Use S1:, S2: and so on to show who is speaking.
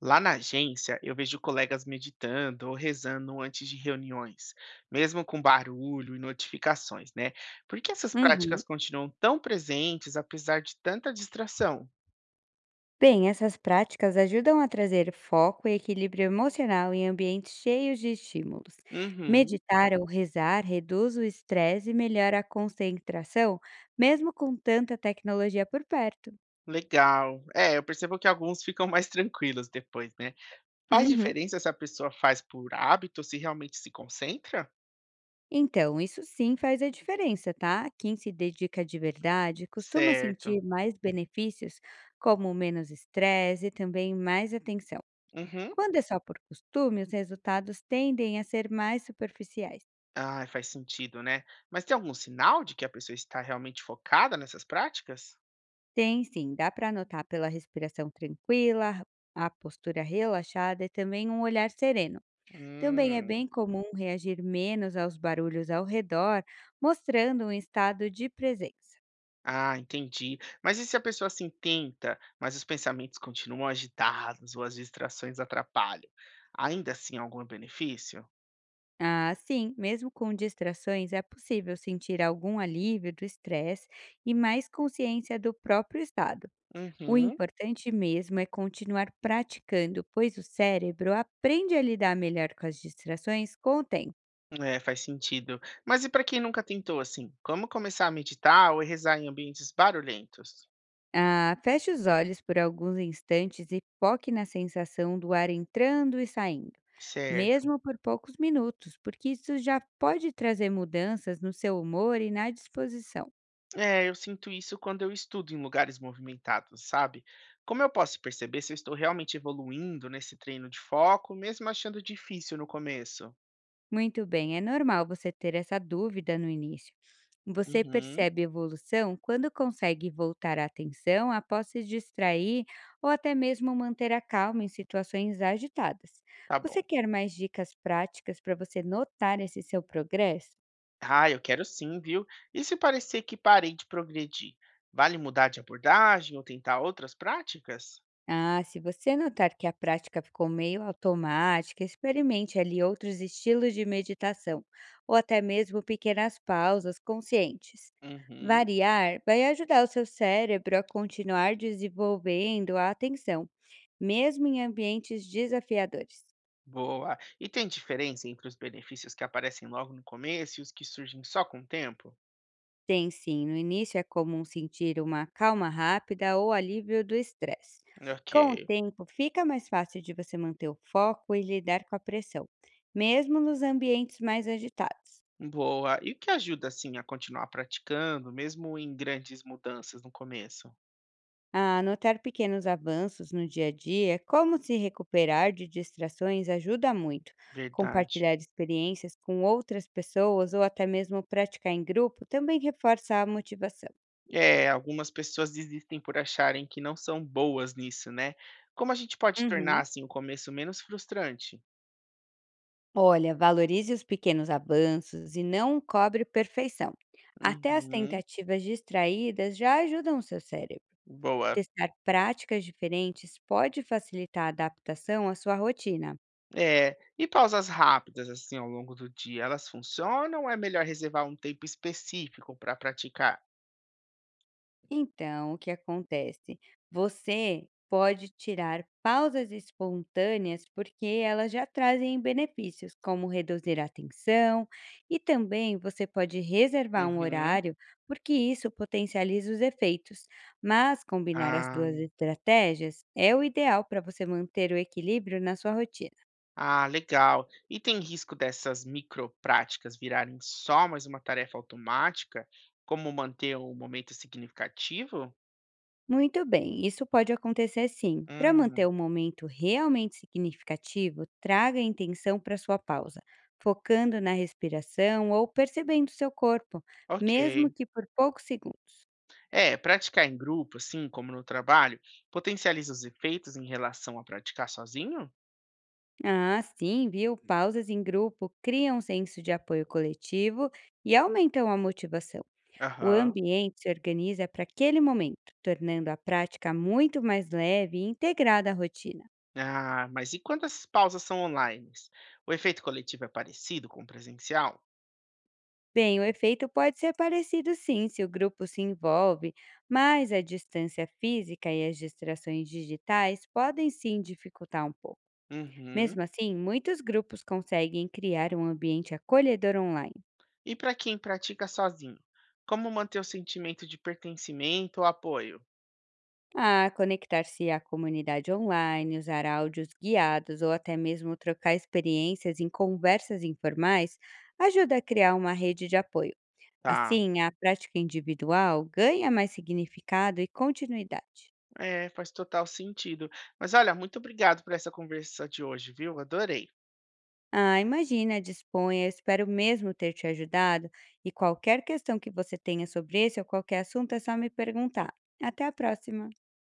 S1: Lá na agência, eu vejo colegas meditando ou rezando antes de reuniões, mesmo com barulho e notificações, né? Por que essas
S2: Uhum.
S1: práticas continuam tão presentes apesar de tanta distração?
S2: Bem, essas práticas ajudam a trazer foco e equilíbrio emocional em ambientes cheios de estímulos.
S1: Uhum,
S2: Meditar ou rezar reduz o estresse e melhora a concentração, mesmo com tanta tecnologia por perto.
S1: legal. É, eu percebo que alguns ficam mais tranquilos depois, né? Faz
S2: Uhum.
S1: diferença se a pessoa faz por hábito, se realmente se concentra?
S2: Então, isso sim faz a diferença, tá? Quem se dedica de verdade costuma sentir
S1: Certo.
S2: mais benefícios, como menos estresse e também mais atenção.
S1: Uhum.
S2: Quando é só por costume, os resultados tendem a ser mais superficiais.
S1: Ah, faz sentido, né? Mas tem algum sinal de que a pessoa está realmente focada nessas práticas?
S2: Tem sim, dá para notar pela respiração tranquila, a postura relaxada e também um olhar sereno. Também é
S1: Hum.
S2: bem comum reagir menos aos barulhos ao redor, mostrando um estado de presença.
S1: Ah, entendi. Mas e se a pessoa assim tenta, mas os pensamentos continuam agitados ou as distrações atrapalham? Ainda assim, algum benefício?
S2: Assim, mesmo com distrações, é possível sentir algum alívio do estresse e mais consciência do próprio estado. O
S1: Uhum.
S2: importante mesmo é continuar praticando, pois o cérebro aprende a lidar melhor com as distrações com o tempo.
S1: É, faz sentido. Mas e para quem nunca tentou assim? Como começar a meditar ou rezar em ambientes barulhentos?
S2: Ah, feche os olhos por alguns instantes e foque na sensação do ar entrando e saindo,
S1: Certo.
S2: mesmo por poucos minutos, porque isso já pode trazer mudanças no seu humor e na disposição.
S1: É, eu sinto isso quando eu estudo em lugares movimentados, sabe? Como eu posso perceber se eu estou realmente evoluindo nesse treino de foco, mesmo achando difícil no começo?
S2: Muito bem, é normal você ter essa dúvida no início. Você
S1: Uhum,
S2: percebe evolução quando consegue voltar a atenção após se distrair ou até mesmo manter a calma em situações agitadas.
S1: tá bom.
S2: Você quer mais dicas práticas para você notar esse seu progresso?
S1: Ah, eu quero sim, viu? E se parecer que parei de progredir? Vale mudar de abordagem ou tentar outras práticas?
S2: Ah, se você notar que a prática ficou meio automática, experimente ali outros estilos de meditação, ou até mesmo pequenas pausas conscientes.
S1: Uhum,
S2: Variar vai ajudar o seu cérebro a continuar desenvolvendo a atenção, mesmo em ambientes desafiadores.
S1: boa. E tem diferença entre os benefícios que aparecem logo no começo e os que surgem só com o tempo?
S2: Tem sim, no início é comum sentir uma calma rápida ou alívio do estresse.
S1: Ok,
S2: Com o tempo, fica mais fácil de você manter o foco e lidar com a pressão, mesmo nos ambientes mais agitados.
S1: boa. E o que ajuda, assim, a continuar praticando, mesmo em grandes mudanças no começo?
S2: Ah, anotar pequenos avanços no dia a dia, como se recuperar de distrações, ajuda muito.
S1: Verdade.
S2: Compartilhar experiências com outras pessoas ou até mesmo praticar em grupo também reforça a motivação.
S1: É, algumas pessoas desistem por acharem que não são boas nisso, né? Como a gente pode tornar,
S2: Uhum.
S1: assim, o começo menos frustrante?
S2: Olha, valorize os pequenos avanços e não cobre perfeição. Até as
S1: Uhum.
S2: tentativas distraídas já ajudam o seu cérebro.
S1: Boa.
S2: Testar práticas diferentes pode facilitar a adaptação à sua rotina.
S1: É, e pausas rápidas, assim, ao longo do dia, elas funcionam ou é melhor reservar um tempo específico para praticar?
S2: Então, o que acontece? Você pode tirar pausas espontâneas porque elas já trazem benefícios, como reduzir a tensão, e também você pode reservar um
S1: Uhum.
S2: horário, porque isso potencializa os efeitos. Mas combinar as duas
S1: Ah,
S2: estratégias é o ideal para você manter o equilíbrio na sua rotina.
S1: ah, legal. E tem risco dessas micropráticas virarem só mais uma tarefa automática, como manter um momento significativo?
S2: Muito bem, isso pode acontecer sim. Para manter
S1: Hum.
S2: o momento realmente significativo, traga a intenção para sua pausa, focando na respiração ou percebendo seu corpo, mesmo
S1: Ok.
S2: que por poucos segundos.
S1: É, praticar em grupo, assim como no trabalho, potencializa os efeitos em relação a praticar sozinho?
S2: Ah, sim, viu? Pausas em grupo criam um senso de apoio coletivo e aumentam a motivação. O
S1: Aham.
S2: ambiente se organiza para aquele momento, tornando a prática muito mais leve e integrada à rotina.
S1: Ah, mas e quando essas pausas são online? O efeito coletivo é parecido com o presencial?
S2: Bem, o efeito pode ser parecido sim se o grupo se envolve, mas a distância física e as distrações digitais podem sim dificultar um pouco.
S1: Uhum.
S2: Mesmo assim, muitos grupos conseguem criar um ambiente acolhedor online.
S1: E para quem pratica sozinho, como manter o sentimento de pertencimento ou apoio?
S2: Ah, conectar-se à comunidade online, usar áudios guiados ou até mesmo trocar experiências em conversas informais ajuda a criar uma rede de apoio.
S1: Tá.
S2: Assim, a prática individual ganha mais significado e continuidade.
S1: É, faz total sentido. Mas olha, muito obrigado por essa conversa de hoje, viu? Adorei.
S2: Ah, imagina, disponha. Eu espero mesmo ter te ajudado. E qualquer questão que você tenha sobre esse ou qualquer assunto, é só me perguntar. Até a próxima!